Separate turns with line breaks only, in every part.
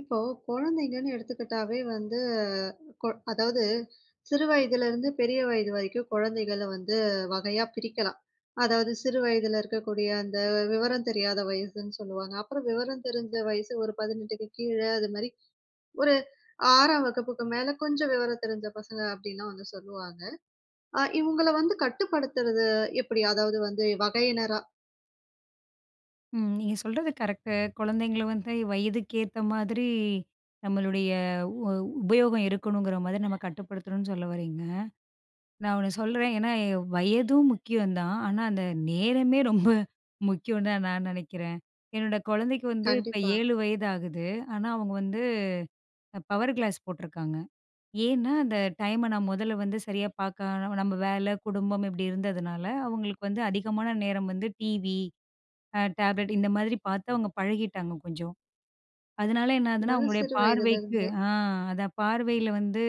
இப்போ குழந்தைங்கன்னு எடுத்துக்கிட்டாவே வந்து, அதாவது சிறு வயதிலிருந்து பெரிய வயது வரைக்கும் குழந்தைகள வந்து வகையா பிரிக்கலாம். அதாவது சிறு வயதில இருக்கக்கூடிய அந்த விவரம் தெரியாத வயசுன்னு சொல்லுவாங்க. அப்புறம் விவரம் தெரிஞ்ச வயசு ஒரு 18க்கு கீழ அது மாரி ஒரு 6ஆம் வகுப்புக்கு மேல கொஞ்சம் விவரம் தெரிஞ்ச பசங்க அப்படின்லாம் வந்து சொல்லுவாங்க. இவங்கள வந்து கட்டுப்படுத்துறது எப்படி? அதாவது வந்து வகையினரா
ம். நீங்க சொல்றது கரெக்ட்டு. குழந்தைங்கள வந்து வயதுக்கேத்த மாதிரி நம்மளுடைய உ உபயோகம் இருக்கணுங்கிற மாதிரி நம்ம கட்டுப்படுத்தணும்னு சொல்ல வரீங்க. நான் ஒண்ணு சொல்றேன். ஏன்னா வயதும் முக்கியம் தான். ஆனா அந்த நேரமே ரொம்ப முக்கியம் தான் நான் நினைக்கிறேன். என்னோட குழந்தைக்கு வந்து இப்ப
கண்டிப்பா.
7 வயது ஆகுது. ஆனா அவங்க வந்து பவர் கிளாஸ் போட்டிருக்காங்க. ஏன்னா அந்த டைம நான் முதல்ல வந்து சரியா பார்க்க நம்ம வேலை, குடும்பம் இப்படி இருந்ததுனால அவங்களுக்கு வந்து அதிகமான நேரம் வந்து டிவி, டேப்லெட் இந்த மாதிரி பார்த்து அவங்க பழகிட்டாங்க கொஞ்சம். அதனால என்ன ஆகுதுன்னா,
அதாவது
அவங்களுடைய
சிறு
பார்வைக்கு
வயதிலிருந்தே
ஆ அதான் பார்வையில வந்து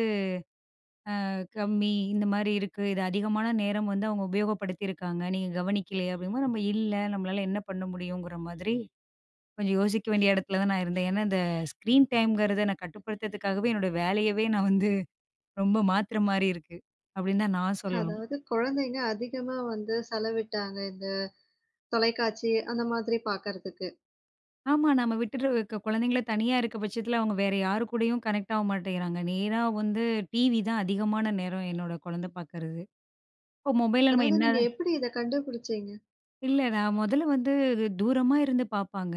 கம்மி, இந்த மாரி இருக்கு. இது அதிகமான நேரம் வந்து அவங்க உபயோகப்படுத்தியிருக்காங்க. நீங்க கவனிக்கலையே அப்படிங்கும்போது, நம்ம இல்ல நம்மளால என்ன பண்ண முடியுங்கிற மாதிரி கொஞ்சம் யோசிக்க வேண்டிய இடத்துல தான் நான் இருந்தேன். ஏன்னா இந்த ஸ்க்ரீன் டைம்ங்கிறத நான் கட்டுப்படுத்துறதுக்காகவே என்னோட வேலையவே நான் வந்து ரொம்ப மாத்துற மாரி இருக்கு. அப்படின்னு தான் நான் சொல்லணும்.
அதாவது குழந்தைங்க அதிகமா வந்து செலவிட்டாங்க. இந்த தொலைக்காட்சி அந்த மாதிரி பார்க்கறதுக்கு.
ஆமா, நம்ம விட்டுட்டு குழந்தைங்கள தனியா இருக்க பட்சத்துல அவங்க வேற யாரு கூடயும் கனெக்ட் ஆக மாட்டேங்கிறாங்க. நேரா வந்து டிவி தான் அதிகமான நேரம் என்னோட குழந்தை பார்க்கறது. இப்போ மொபைல்ல நம்ம
அதாவது
என்ன
நீங்க எப்படி இத கண்டுபிடிச்சீங்க?
இல்ல. நான் முதல்ல வந்து தூரமா இருந்து பார்ப்பாங்க.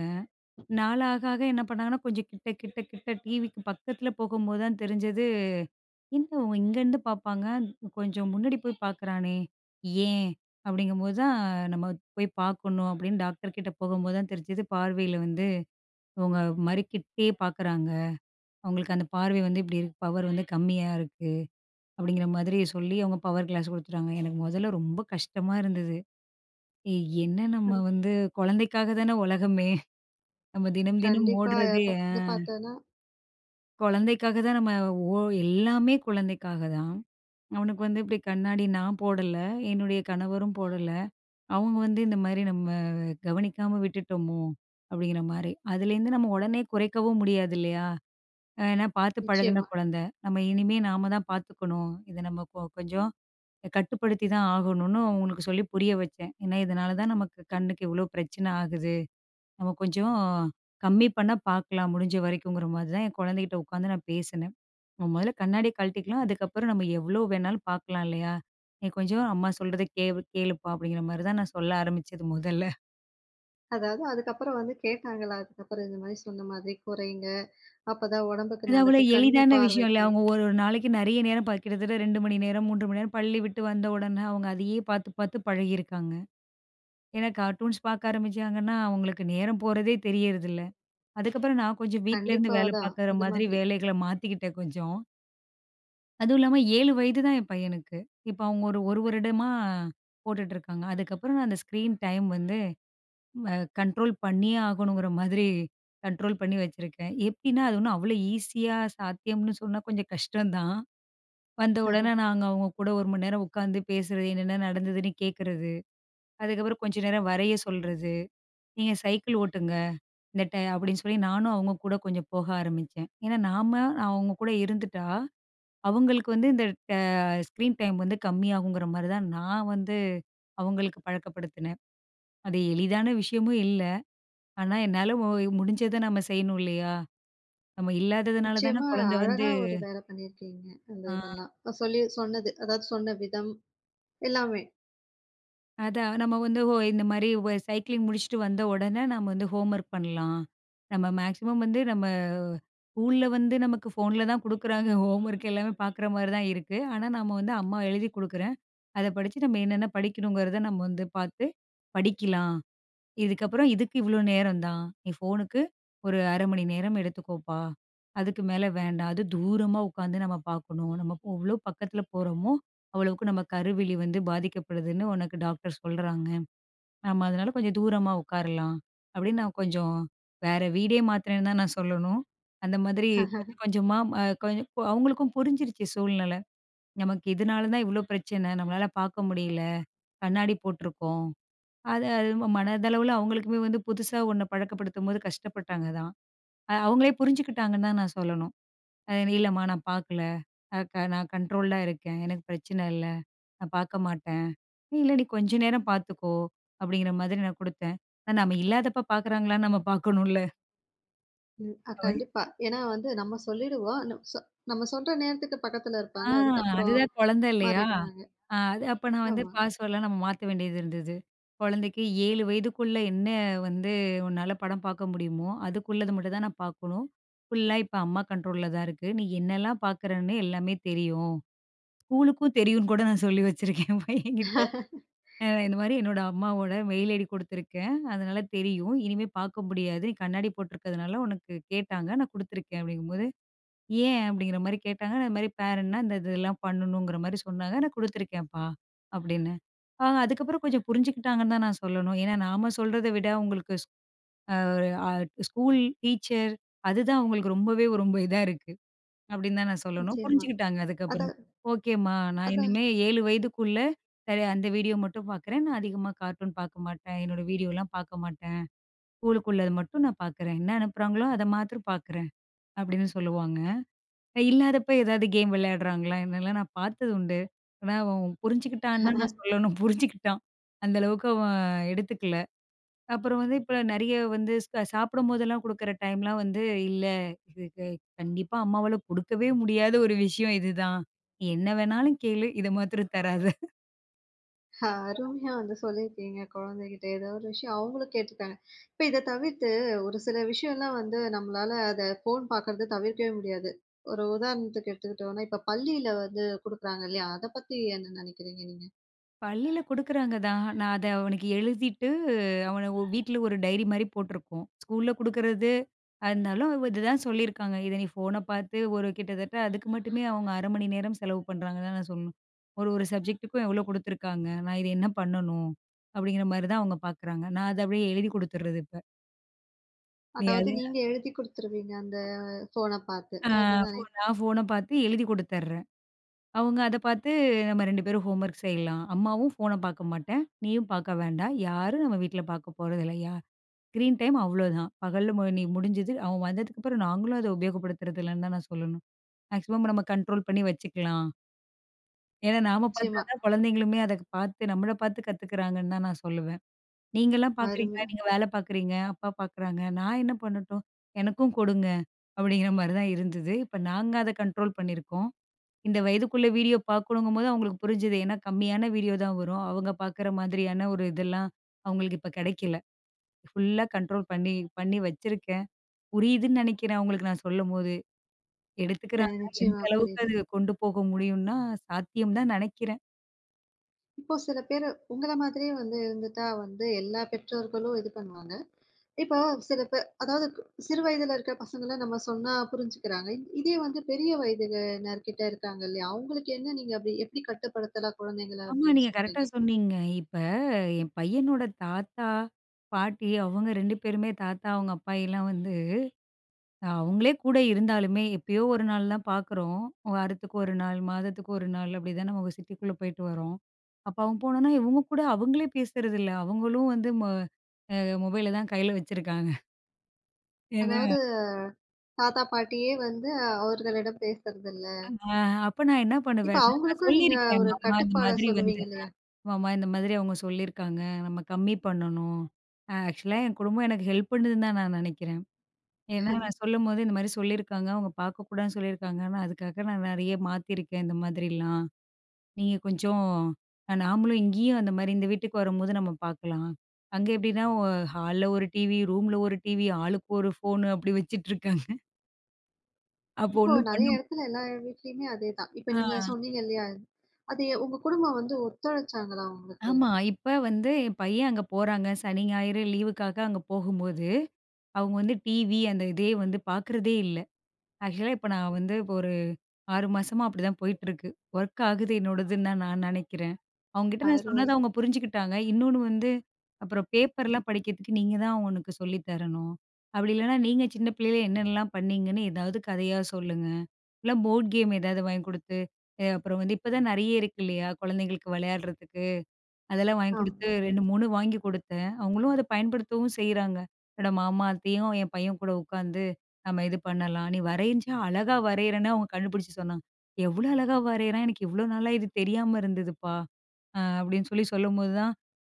நாள் ஆக ஆக என்ன பண்ணாங்கன்னா, கொஞ்சம் கிட்ட கிட்ட கிட்ட டிவிக்கு பக்கத்துல போகும்போது தான் தெரிஞ்சது, "என்ன இவன் இங்கேருந்து பார்ப்பாங்க, கொஞ்சம் முன்னாடி போய் பார்க்குறானே, ஏன்?" அப்படிங்கும்போது தான் நம்ம போய் பார்க்கணும் அப்படின்னு டாக்டர் கிட்ட போகும்போது தான் தெரிஞ்சது, பார்வையில வந்து இவங்க மறுக்கிட்டே பார்க்குறாங்க. அவங்களுக்கு அந்த பார்வை வந்து இப்படி இருக்கு, பவர் வந்து கம்மியா இருக்கு அப்படிங்கிற மாதிரி சொல்லி அவங்க பவர் கிளாஸ் குடுத்துட்டாங்க. எனக்கு முதல்ல ரொம்ப கஷ்டமா இருந்தது. "ஏய், என்ன, நம்ம
அது
வந்து குழந்தைக்காக தானே உலகமே! நம்ம தினம் தினம்
கண்டிப்பா
ஓடுறதே
ப இத பார்த்தோன்னா
குழந்தைக்காக தான். நம்ம ஓ எல்லாமே குழந்தைக்காக தான். அவனுக்கு வந்து இப்படி கண்ணாடி நான் போடல. என்னுடைய கணவரும் போடல. அவங்க வந்து இந்த மாரி நம்ம கவனிக்காம விட்டுட்டோமோ!" அப்படிங்கிற மாரி. அதுலேருந்து நம்ம உடனே குறைக்கவும் முடியாது இல்லையா? ஏன்னா பார்த்து பழகுன
நிச்சயமா.
குழந்தை. நம்ம இனிமே நாம தான் பார்த்துக்கணும். இத நம்ம கொஞ்சம் கட்டுப்படுத்தி தான் ஆகணும்னு அவங்களுக்கு சொல்லி புரிய வச்சேன். ஏன்னா இதனால தான் நமக்கு கண்ணுக்கு இவ்வளோ பிரச்சனை ஆகுது. நம்ம கொஞ்சம் கம்மி பண்ணா பார்க்கலாம் முடிஞ்ச வரைக்குங்கிற மாதிரி தான் என் குழந்தைகிட்ட உட்காந்து நான் பேசினேன். நம்ம முதல்ல கண்ணாடிய கழட்டிக்கலாம். அதுக்கப்புறம் நம்ம எவ்வளோ வேணாலும் பார்க்கலாம் இல்லையா? "நீ கொஞ்சம் அம்மா சொல்றத கேளு கேளுப்பா" அப்படிங்கிற மாரி தான் நான் சொல்ல ஆரம்பிச்சது முதல்ல.
அதாவது அதுக்கப்புறம் வந்து கேட்டாங்களா? அதுக்கப்புறம் இந்த மாரி சொன்ன மாதிரி குறைங்க. அப்பதான் உடம்புக்கு
அது அவ்வளோ
நல்லது. கண்ணு
எளிதான விஷயம் இல்ல.
பார்வைக்கு.
அவங்க ஒரு ஒரு நாளைக்கு நிறைய நேரம் கிட்டத்தட்ட 2 மணி நேரம், 3 மணி நேரம் பள்ளி விட்டு வந்த உடனே அவங்க அதையே பார்த்து பார்த்து பழகியிருக்காங்க. ஏன்னா கார்ட்டூன்ஸ் பார்க்க ஆரம்பிச்சாங்கன்னா, அவங்களுக்கு நேரம் போறதே தெரியறதில்ல. அதுக்கப்புறம் நான் கொஞ்சம் வீட்லேருந்து
கண்டிப்பா
வேலை
தான்.
பார்க்குற
அது
மாதிரி
மாதிரி.
வேலைகள மாத்திக்கிட்டேன் கொஞ்சம். அதுவும் இல்லாம 7 வயது தான் என் பையனுக்கு. இப்ப அவங்க ஒரு 1 வருடமா போட்டுட்டு இருக்காங்க. அதுக்கப்புறம் நான் அந்த ஸ்க்ரீன் டைம் வந்து அ கண்ட்ரோல் பண்ணியே ஆகணுங்கிற மாதிரி கண்ட்ரோல் பண்ணி வச்சிருக்கேன். எப்படின்னா, அது ஒண்ணும் அவ்வளோ ஈஸியா சாத்தியம்னு சொன்னா கொஞ்சம் கஷ்டம் தான். வந்த உடனே நாங்க அவங்க கூட 1 மணி நேரம் உட்காந்து பேசுறது, என்னென்ன நடந்ததுன்னு கேட்கறது. அதுக்கப்புறம் கொஞ்ச நேரம் வரைய சொல்றது. "நீங்க சைக்கிள் ஓட்டுங்க. இந்த டை" அப்படின்னு சொல்லி நானும் அவங்க கூட கொஞ்சம் போக ஆரம்பிச்சேன். ஏன்னா நாம அவங்க கூட இருந்துட்டா அவங்களுக்கு வந்து இந்த அ ஸ்க்ரீன் டைம் வந்து கம்மியாகுங்கிற மாரி தான் நான் வந்து அவங்களுக்கு பழக்கப்படுத்தினேன். அது எளிதான விஷயமும் இல்ல. ஆனா என்னால முடிஞ்சத நம்ம செய்யணும் இல்லையா? நம்ம இல்லாததுனால தானே
நிச்சயமா
குழந்தை வந்து
அழகா ஒரு வேலை பண்ணியிருக்கீங்க. அந்த
ஆ
இதெல்லாம். சொல்லி சொன்னது. அதாவது சொன்ன விதம் எல்லாமே.
அதான். நம்ம வந்து இந்த மாரி சைக்கிளிங் முடிச்சுட்டு வந்த உடனே நம்ம வந்து ஹோம் ஒர்க் பண்ணலாம். நம்ம மேக்ஸிமம் வந்து நம்ம ஸ்கூல்ல வந்து நமக்கு ஃபோன்ல தான் குடுக்குறாங்க. ஹோம் ஒர்க் எல்லாமே பார்க்குற மாரி தான் இருக்கு. ஆனா நம்ம வந்து அம்மா எழுதி குடுக்குறேன். அத படிச்சு நம்ம என்னென்ன படிக்கணுங்கிறத நம்ம வந்து பார்த்து படிக்கலாம். இதுக்கப்புறம் இதுக்கு இவ்வளோ நேரம் தான். நீ ஃபோனுக்கு ஒரு 1/2 மணி நேரம் எடுத்துக்கோப்பா. அதுக்கு மேல வேண்டாம். அது தூரமா உட்காந்து நம்ம பார்க்கணும். நம்ம எவ்வளோ பக்கத்துல போறோமோ, அவ்வளவுக்கு நம்ம கருவிழி வந்து பாதிக்கப்படுதுன்னு உனக்கு டாக்டர் சொல்றாங்க. நம்ம அதனால கொஞ்சம் தூரமா உட்காரலாம். அப்படின்னு நான் கொஞ்சம் வேற வீடே மாத்துனேன்னு தான் நான் சொல்லணும். அந்த மாதிரி கொஞ்சம் கொஞ்சமா அவங்களுக்கும் புரிஞ்சிருச்சு சூழ்நிலை. நமக்கு இதனால தான் இவ்வளோ பிரச்சனை. நம்மளால பார்க்க முடியல. கண்ணாடி போட்டிருக்கோம். அது அது மனதளவுல அவங்களுக்குமே வந்து புதுசா ஒண்ண பழக்கப்படுத்தும்போது கஷ்டப்பட்டாங்க தான். அவங்களே புரிஞ்சுக்கிட்டாங்கன்னு தான் நான் சொல்லணும். அ இல்லம்மா நான் பார்க்கல. அ க நான் கண்ட்ரோல்டா இருக்கேன். எனக்கு பிரச்சனை இல்ல. நான் பார்க்க மாட்டேன். இல்ல நீ கொஞ்ச நேரம் பார்த்துக்கோ, அப்படிங்கிற மாதிரி நான் குடுத்தேன். ஆனா நம்ம இல்லாதப்ப பார்க்குறாங்களான்னு நம்ம பார்க்கணும்ல.
ம். கண்டிப்பா. ஏன்னா வந்து நம்ம சொல்லிடுவோம். நம்ம சொல்ற நேரத்துக்கு பக்கத்துல
ஆ
இருப்பாங்க. அதுக்கப்புறம்
அதுதான் குழந்தை இல்லையா?
மாறிடுவாங்க.
அது அப்ப நான் வந்து
ஆமா.
பாஸ்வேர்ட்லாம் நம்ம மாத்த வேண்டியது இருந்தது. குழந்தைக்கு 7 வயதுக்குள்ள என்ன வந்து உன்னால படம் பார்க்க முடியுமோ, அதுக்குள்ளது மட்டும் தான் நான் பார்க்கணும். ஃபுல்லா இப்ப அம்மா கண்ட்ரோல்ல தான் இருக்கு. நீ என்னலாம் பார்க்குறன்னு எல்லாமே தெரியும். ஸ்கூலுக்கும் தெரியும்னு கூட நான் சொல்லி வச்சிருக்கேன் பையன்கிட்ட. இந்த மாரி என்னோட அம்மாவோட மெயில் ஐடி குடுத்துருக்கேன். அதனால தெரியும். இனிமே பார்க்க முடியாது. நீ கண்ணாடி போட்டிருக்கிறதுனால உனக்கு கேட்டாங்க. நான் குடுத்துருக்கேன் அப்படிங்கும்போது ஏன்? அப்படிங்கிற மாரி கேட்டாங்க. அது மாரி பேரண்ட்னா இந்த இது இதெல்லாம் பண்ணணுங்கிற மாரி சொன்னாங்க. நான் குடுத்துருக்கேன்ப்பா அப்படின்னு. அவங்க அதுக்கப்புறம் கொஞ்சம் புரிஞ்சுக்கிட்டாங்கன்னு தான் நான் சொல்லணும். ஏன்னா நாம சொல்றத விட உங்களுக்கு ஸ் அ அ ஸ்கூல் டீச்சர் அதுதான் அவங்களுக்கு ரொம்பவே ரொம்ப இதா இருக்கு அப்படின்னு தான் நான் சொல்லணும்.
நிச்சயமா.
புரிஞ்சுக்கிட்டாங்க அதுக்கப்புறம்.
அதான்
ஓகேம்மா நான்
அதான்
இனிமே 7 வயதுக்குள்ள சரி அந்த வீடியோ மட்டும் பார்க்குறேன். நான் அதிகமா கார்ட்டூன் பார்க்க மாட்டேன். என்னோட வீடியோலாம் பார்க்க மாட்டேன். ஸ்கூலுக்குள்ளது மட்டும் நான் பார்க்குறேன். என்ன அனுப்புறாங்களோ அத மாத்திரம் பார்க்குறேன் அப்படின்னு சொல்லுவாங்க. இல்லாதப்ப ஏதாவது கேம் விளையாடுறாங்களா? என்னலாம் நான் பார்த்தது உண்டு. ஆனா அவன் புரிஞ்சுக்கிட்டான்னு தான் நான் சொல்லணும். புரிஞ்சுக்கிட்டான். அந்த அளவுக்கு அவன் எடுத்துக்கல. அப்புறம் வந்து இப்ப நெறைய வந்து சாப்பிடும்போதெல்லாம் குடுக்குற டைம்லாம் வந்து, "இல்ல, இதுக்கு கண்டிப்பா அம்மாவால குடுக்கவே முடியாத ஒரு விஷயம் இதுதான். நீ என்ன வேணாலும் கேளு. இத மாத்திரம் தராத."
அருமையா வந்து சொல்லியிருக்கீங்க குழந்தைகிட்ட. ஏதோ ஒரு விஷயம் அவங்களும் கேட்டுருக்காங்க. இப்ப இத தவிர்த்து ஒரு சில விஷயம்லாம் வந்து நம்மளால அத ஃபோன் பார்க்கறது தவிர்க்கவே முடியாது. ஒரு உதாரணத்துக்கு எடுத்துக்கிட்டோம்னா, இப்ப பள்ளியில வந்து குடுக்குறாங்க இல்லையா? அத பத்தி என்ன நினைக்கிறீங்க நீங்க?
பள்ளியில குடுக்குறாங்க தான். நான் அத அவனுக்கு எழுதிட்டு, அவன வீட்ல ஒரு டைரி மாரி போட்டிருக்கோம். ஸ்கூல்ல குடுக்குறது, இருந்தாலும் இதுதான் சொல்லியிருக்காங்க. இத நீ ஃபோன பார்த்து ஒரு கிட்டத்தட்ட அதுக்கு மட்டுமே அவங்க 1/2 மணி நேரம் செலவு பண்றாங்க தான் நான் சொல்லணும். ஒரு ஒரு சப்ஜெக்ட்டுக்கும் எவ்வளோ குடுத்துருக்காங்க. நான் இது என்ன பண்ணணும்? அப்படிங்கிற மாரி தான் அவங்க பார்க்குறாங்க. நான் அத அப்படியே எழுதி குடுத்துர்றது இப்ப. நீ
அதாவது
அது.
நீங்க எழுதி குடுத்துருவீங்க அந்த ஃபோன பார்த்து.
ஆ,
அதுதானே?
நான் ஃபோன பார்த்து எழுதி குடுத்துர்றேன். அவங்க அத பார்த்து நம்ம 2 பேரும் ஹோம்வொர்க் செய்யலாம். அம்மாவும் ஃபோன பார்க்க மாட்டேன். நீயும் பார்க்க வேண்டாம். யாரும் நம்ம வீட்ல பார்க்க போறதில்ல. ஸ்க்ரீன் டைம் அவ்வளோதான். பகல்ல நீ முடிஞ்சது. அவன் வந்ததுக்கப்புறம் நாங்களும் அத உபயோகப்படுத்துறது இல்லன்னு தான் நான் சொல்லணும். மேக்ஸிமம் நம்ம கண்ட்ரோல் பண்ணி வச்சுக்கலாம். ஏன்னா நாம பார்த்தா
நிச்சயமா.
தான் குழந்தைங்களுமே அத பார்த்து நம்மள பார்த்து கத்துக்கிறாங்கன்னு தான் நான் சொல்லுவேன். நீங்கலாம் பார்க்குறீங்க,
அருமை.
நீங்க வேல பார்க்குறீங்க, அப்பா பார்க்குறாங்க. நான் என்ன பண்ணட்டும்? எனக்கும் கொடுங்க. அப்படிங்கிற மாரி தான் இருந்தது. இப்ப நாங்க அத கண்ட்ரோல் பண்ணியிருக்கோம். இந்த வயதுக்குள்ள வீடியோ பார்க்கணுங்கும்போது அவங்களுக்கு புரிஞ்சது. ஏன்னா கம்மியான வீடியோ தான் வரும். அவங்க பார்க்குற மாதிரியான ஒரு இதெல்லாம் அவங்களுக்கு இப்ப கிடைக்கல. ஃபுல்லா கண்ட்ரோல் பண்ணி பண்ணி வச்சிருக்கேன். புரியுதுன்னு நெனைக்கிறேன் அவங்களுக்கு நான் சொல்லும்போது. எடுத்துக்கிறாங்க. எந்த
நிச்சயமா.
அளவுக்கு
புரியுது.
அது கொண்டு போக முடியும்னா, சாத்தியம் தான் நெனைக்கிறேன்.
இப்போ சில பேரு உங்கள மாதிரியே வந்து இருந்துட்டா வந்து எல்லா பெற்றோர்களும் இது பண்ணுவாங்க. இப்போ சில பேர் அதாவது சிறு வயதில இருக்கிற பசங்கள நம்ம சொன்னா புரிஞ்சுக்கிறாங்க. இதே வந்து பெரிய வயதினர்கிட்ட இருக்காங்க இல்லையா? அவங்களுக்கு என்ன நீங்க அப்படி எப்படி கட்டுப்படுத்தலாம் குழந்தைங்கள
ஆமா,
அப்படின்னு
நீங்க கரெக்ட்டா
சொல்றீங்க?
சொன்னீங்க. இப்ப என் பையனோட தாத்தா, பாட்டி அவங்க 2 பேருமே தாத்தா, அவங்க அப்பாயிலாம் வந்து அவங்களே கூட இருந்தாலுமே, எப்பயோ ஒரு நாள் தான் பார்க்குறோம். வாரத்துக்கு 1 நாள், மாதத்துக்கு 1 நாள் அப்படிதான் நம்ம சிட்டிக்குள்ள போயிட்டு வரோம். அப்ப அவன் போனோனா, இவங்க கூட அவங்களே பேசுறதில்ல. அவங்களும் வந்து மொபைல தான் கையில வச்சிருக்காங்க.
அதாவது தாத்தா, பாட்டியே வந்து அவர்களிடம் பேசுறதில்ல.
ஆ அப்ப நான் என்ன
இப்ப
பண்ணுவேன்னா, நான்
அவங்களுக்கும் நீங்க
சொல்லியிருக்கேன்,
ஒரு கட்டுப்பாட சொல்லுவீங்க இல்லையா?
மாமா இந்த மாதிரி அவங்க சொல்லியிருக்காங்க. நம்ம கம்மி பண்ணணும். ஆக்சுவலா என் குடும்பம் எனக்கு ஹெல்ப் பண்ணுதுன்னு தான் நான் நினைக்கிறேன். ஏன்னா நான் சொல்லும்போது இந்த மாதிரி சொல்லியிருக்காங்க, அவங்க பார்க்கக்கூடாதுன்னு சொல்லியிருக்காங்க. ஆனா அதுக்காக நான் நெறைய மாத்திருக்கேன் இந்த மாதிரிலாம். நீங்க கொஞ்சம் நாமளும் இங்கேயும் அந்த மாதிரி இந்த வீட்டுக்கு வரும்போது நம்ம பார்க்கலாம். அங்க எப்படின்னா ஹால்ல ஒரு டிவி, ரூம்ல ஒரு டிவி, ஆளுக்கு ஒரு ஃபோனு அப்படி வச்சுட்டு இருக்காங்க. அப்போ
இப்போ
ஒண்ணும் பண்ண.
நெறைய இடத்துல எல்லா வீட்லயுமே அதேதான். இப்ப
ஆ.
நீங்க சொன்னீங்க இல்லையா? அது உங்க குடும்பம் வந்து ஒத்துழைச்சாங்களா உங்களுக்கு?
ஆமா. இப்ப வந்து என் பையன் அங்க போறாங்க. சனி, ஞாயிறு லீவுக்காக அங்க போகும்போது, அவங்க வந்து டிவி அந்த இதே வந்து பார்க்குறதே இல்ல. ஆக்சுவலா இப்ப நான் வந்து இப்போ ஒரு 6 மாசமா அப்படிதான் போயிட்டுருக்கு. ஒர்க் ஆகுது என்னோடதுன்னு தான் நான் நெனைக்கிறேன். அவங்ககிட்ட நான்
அருமை.
சொன்னத அவங்க புரிஞ்சுக்கிட்டாங்க. இன்னொன்னு வந்து, அப்புறம் பேப்பர்லாம் படிக்கிறதுக்கு நீங்க தான் அவனுக்கு சொல்லி தரணும். அப்படி இல்லன்னா நீங்க சின்ன பிள்ளையில என்னென்னலாம் பண்ணீங்கன்னு ஏதாவது கதையா சொல்லுங்க. இல்ல போர்ட் கேம் ஏதாவது வாங்கி குடுத்து, அப்புறம் வந்து இப்ப தான் நெறைய இருக்கு இல்லையா? குழந்தைங்களுக்கு விளையாடுறதுக்கு. அதெல்லாம் வாங்கி குடுத்து
ஆமா.
2, 3 வாங்கி குடுத்தேன். அவங்களும் அத பயன்படுத்தவும் செய்றாங்க. என்னோட மாமா, அத்தையும் என் பையன் கூட உட்காந்து, "நம்ம இது பண்ணலாம். நீ வரைஞ்சா அழகா வரையிறன்னு" அவங்க கண்டுபிடிச்சு சொன்னாங்க. "எவ்ளோ அழகா வரையிறேன். எனக்கு இவ்ளோ நாளா இது தெரியாம இருந்ததுப்பா" அப்படின்னு சொல்லி சொல்லும்போது தான்,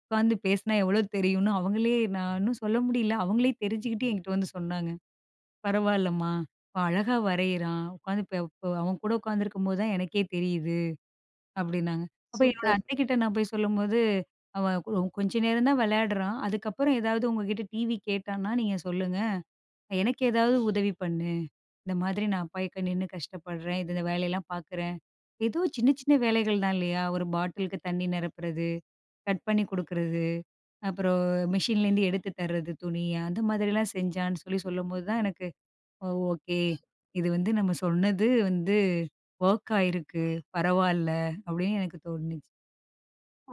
உட்காந்து பேசினா எவ்ளோ தெரியும்னு அவங்களே நான் இன்னும் சொல்ல முடியல. அவங்களே தெரிஞ்சுக்கிட்டு என்கிட்ட வந்து சொன்னாங்க. "பரவாயில்லம்மா, அவன் அழகா வரையிறான். உட்காந்து இப்ப அவன் கூட உட்காந்துருக்கும்போது தான் எனக்கே தெரியுது." அப்டின்னாங்க. அப்ப என்னோட
சூப்பர்.
அத்தைக்கிட்ட நான் போய் சொல்லும்போது, அவன் கொஞ்ச நேரம் தான் விளையாடுறான். அதுக்கப்புறம் ஏதாவது உங்ககிட்ட டிவி கேட்டான்னா, நீங்க சொல்லுங்க. எனக்கு ஏதாவது உதவி பண்ணு. இந்த மாதிரி நான் அப்பாயிக்க நின்னு கஷ்டப்படுறேன். இது இந்த வேலையெல்லாம் பார்க்குறேன். ஏதோ சின்ன சின்ன வேலைகள் தான் இல்லையா? ஒரு பாட்டிலுக்கு தண்ணி நிரப்புறது, கட் பண்ணி குடுக்குறது, அப்புறம் மிஷின்லேருந்து எடுத்து தர்றது துணிய. அந்த மாதிரிலாம் செஞ்சான்னு சொல்லி சொல்லும்போது தான் எனக்கு ஓ! ஓகே. இது வந்து நம்ம சொன்னது வந்து வொர்க் ஆயிருக்கு. பரவால்ல அப்படின்னு எனக்கு தோணுச்சு.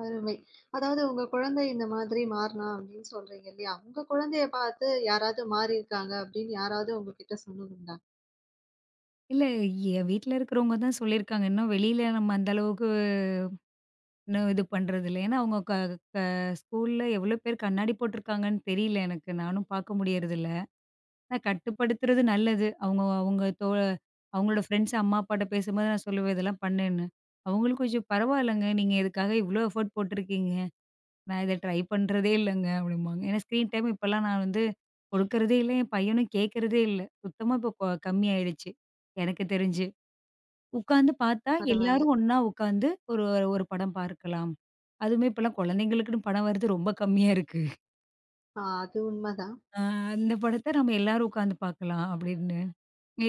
அருமை. அதாவது உங்க குழந்தை இந்த மாதிரி மாறுனா அப்படின்னு சொல்றீங்க இல்லையா? உங்க குழந்தைய பார்த்து யாராவது மாறியிருக்காங்க அப்படின்னு யாராவது உங்ககிட்ட சொன்னதுண்டா?
இல்ல, என் வீட்ல இருக்கிறவங்க தான் சொல்லியிருக்காங்க. இன்னும் வெளியில நம்ம அந்த அளவுக்கு இன்னும் இது பண்றதில்ல. ஏன்னா அவங்க க க ஸ்கூல்ல எவ்வளோ பேர் கண்ணாடி போட்டிருக்காங்கன்னு தெரியல எனக்கு. நானும் பார்க்க முடியறதில்ல. ஆனா கட்டுப்படுத்துறது நல்லது. அவங்க அவங்க அவங்களோட ஃப்ரெண்ட்ஸ் அம்மா அப்பாட்ட பேசும்போது நான் சொல்லுவேன் இதெல்லாம் பண்ணுன்னு. அவங்களுக்கும் கொஞ்சம் பரவாயில்லங்க. நீங்க இதுக்காக இவ்வளோ எஃபோர்ட் போட்டிருக்கீங்க. நான் இத ட்ரை பண்றதே இல்லங்க அப்படிம்பாங்க. ஏன்னா ஸ்க்ரீன் டைம் இப்பலாம் நான் வந்து கொடுக்கறதே இல்ல. என் பையனும் கேட்கறதே இல்ல. சுத்தமா இப்போ கம்மி ஆயிடுச்சு. எனக்கு தெரிஞ்சு. உட்காந்து பார்த்தா
பரவால்ல.
எல்லாரும் ஒண்ணா உட்காந்து ஒரு ஒரு படம் பார்க்கலாம். அதுவுமே இப்பலாம் குழந்தைங்களுக்குன்னு படம் வரது ரொம்ப கம்மியா இருக்கு.
ஆ அது உண்மதான்.
அ அந்த படத்த நம்ம எல்லாரும் உட்காந்து பார்க்கலாம் அப்படின்னு.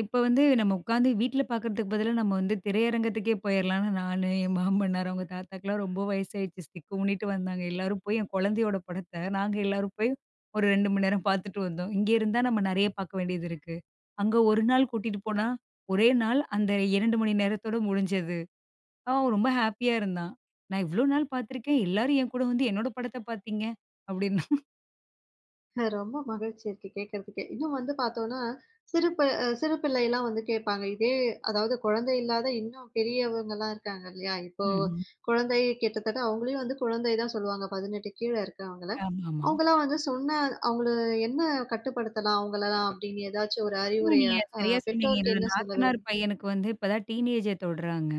இப்ப வந்து நம்ம உட்காந்து வீட்ல பார்க்கறதுக்கு பதிலா, நம்ம வந்து திரையரங்கத்துக்கே போயிரலான்னு நானு, என் மாமனார், அவங்க தாத்தாக்குலாம் ரொம்ப வயசாயிடுச்சு. திக்கு முனிட்டு வந்தாங்க. எல்லாரும் போய் என் குழந்தையோட படத்த, நாங்க எல்லாரும் போய் ஒரு 2 மணி நேரம் பார்த்துட்டு வந்தோம். இங்க இருந்தா நம்ம நெறைய பார்க்க வேண்டியது இருக்கு. அங்க 1 நாள் கூட்டிட்டு போனா, ஒரே நாள் அந்த 2 மணி நேரத்தோட முடிஞ்சது. அவன் ரொம்ப ஹேப்பியா இருந்தான். "நான் இவ்ளோ நாள் பார்த்துருக்கேன். எல்லாரும் என் கூட வந்து என்னோட படத்த பார்த்தீங்க" அப்படின்னா.
ரொம்ப மகிழ்ச்சி இருக்கு கேட்கறதுக்கே. இன்னும் வந்து பார்த்தோம்னா, சிறு ப அ சிறு பிள்ளைலாம் வந்து கேட்பாங்க. இதே அதாவது குழந்தை இல்லாத இன்னும் பெரியவங்கலாம் இருக்காங்க இல்லையா? இப்போ
ம்.
குழந்தை கிட்டத்தட்ட அவங்களையும் வந்து குழந்தை தான் சொல்லுவாங்க. 18 கீழ இருக்கவங்கள.
ஆமாமா.
அவங்கலாம் வந்து சொன்ன அவங்கள என்ன கட்டுப்படுத்தலாம் அவங்களலாம் அப்படின்னு ஏதாச்சும் ஒரு
ஆமா, ஆமா,
அறிவுரைய
நீங்க
அ
சரியா சொன்னீங்க.
பெற்றோருக்கு
என்னோட
என்ன சொல்ல
நாத்தனார்
விரும்புறீங்க?
பையனுக்கு வந்து இப்ப தான் டீனேஜ தொடுறாங்க.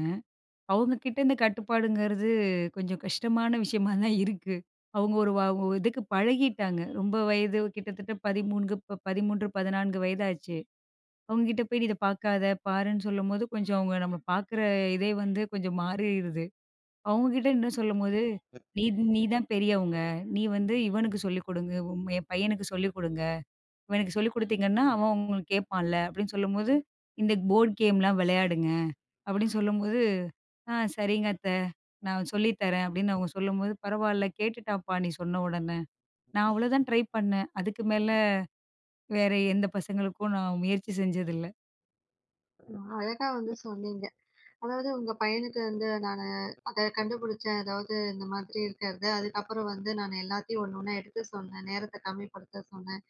அவங்க கிட்ட இந்த கட்டுப்பாடுங்கிறது கொஞ்சம் கஷ்டமான விஷயமா தான் இருக்கு. அவங்க ஒரு இதுக்கு பழகிட்டாங்க. ரொம்ப வயது கிட்டத்தட்ட 13, 14 வயதாச்சு. அவங்க கிட்ட போய் "இத பார்க்காத, பாருன்னு" சொல்லும்போது, கொஞ்சம் அவங்க நம்ம பார்க்குற இதே வந்து கொஞ்சம் மாறிருது. அவங்க கிட்ட என்ன சொல்லும்போது, "நீ நீ தான் பெரியவங்க. நீ வந்து இவனுக்கு சொல்லிக் கொடுங்க. என் பையனுக்கு சொல்லிக் கொடுங்க. இவனுக்கு சொல்லிக் கொடுத்தீங்கன்னா, அவன் உங்களுக்கு கேட்பான்ல." அப்படின்னு சொல்லும்போது, "இந்த போர்ட் கேம்லாம் விளையாடுங்க." அப்படின்னு சொல்லும்போது, "ஆ, சரிங்க அத்த. நான் சொல்லி தரேன்" அப்படின்னு அவங்க சொல்லும்போது, "பரவால்ல, கேட்டுட்டான்ப்பா நீ சொன்ன உடனே." நான் அவ்வளோதான் ட்ரை பண்ணேன். அதுக்கு மேல வேற எந்த பசங்களுக்கும் நான் முயற்சி செஞ்சதில்ல.
அழகா வந்து சொன்னீங்க. அதாவது உங்க பையனுக்கு வந்து நானு அத கண்டுபிடிச்சேன். அதாவது இந்த மாதிரி இருக்கிறது. அதுக்கப்புறம் வந்து நான் எல்லாத்தையும் ஒண்ணு ஒண்ணா எடுத்து சொன்னேன். நேரத்த கம்மிப்படுத்த சொன்னேன்.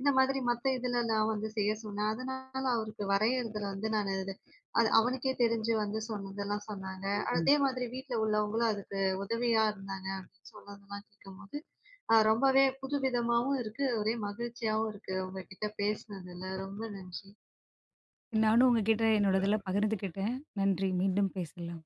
இந்த மாதிரி மத்த இதுலலாம் வந்து செய்ய சொன்னேன். அதனால அவருக்கு வரையறதுல வந்து நானு இது அது அவனுக்கே தெரிஞ்சு வந்து சொன்னதெல்லாம் சொன்னாங்க.
ம்.
அதே மாதிரி வீட்ல உள்ளவங்களும் அதுக்கு உதவியா இருந்தாங்க அப்படின்னு சொன்னதெல்லாம் கேட்கும்போது, ரொம்பவே புதுவிதமாவும் இருக்கு. ஒரே மகிழ்ச்சியாவும் இருக்கு. உங்ககிட்ட பேசினதுல ரொம்ப நன்றி.
நானும் உங்ககிட்ட என்னோடதெல்லாம் பகிர்ந்துக்கிட்டேன். நன்றி. மீண்டும் பேசலாம்.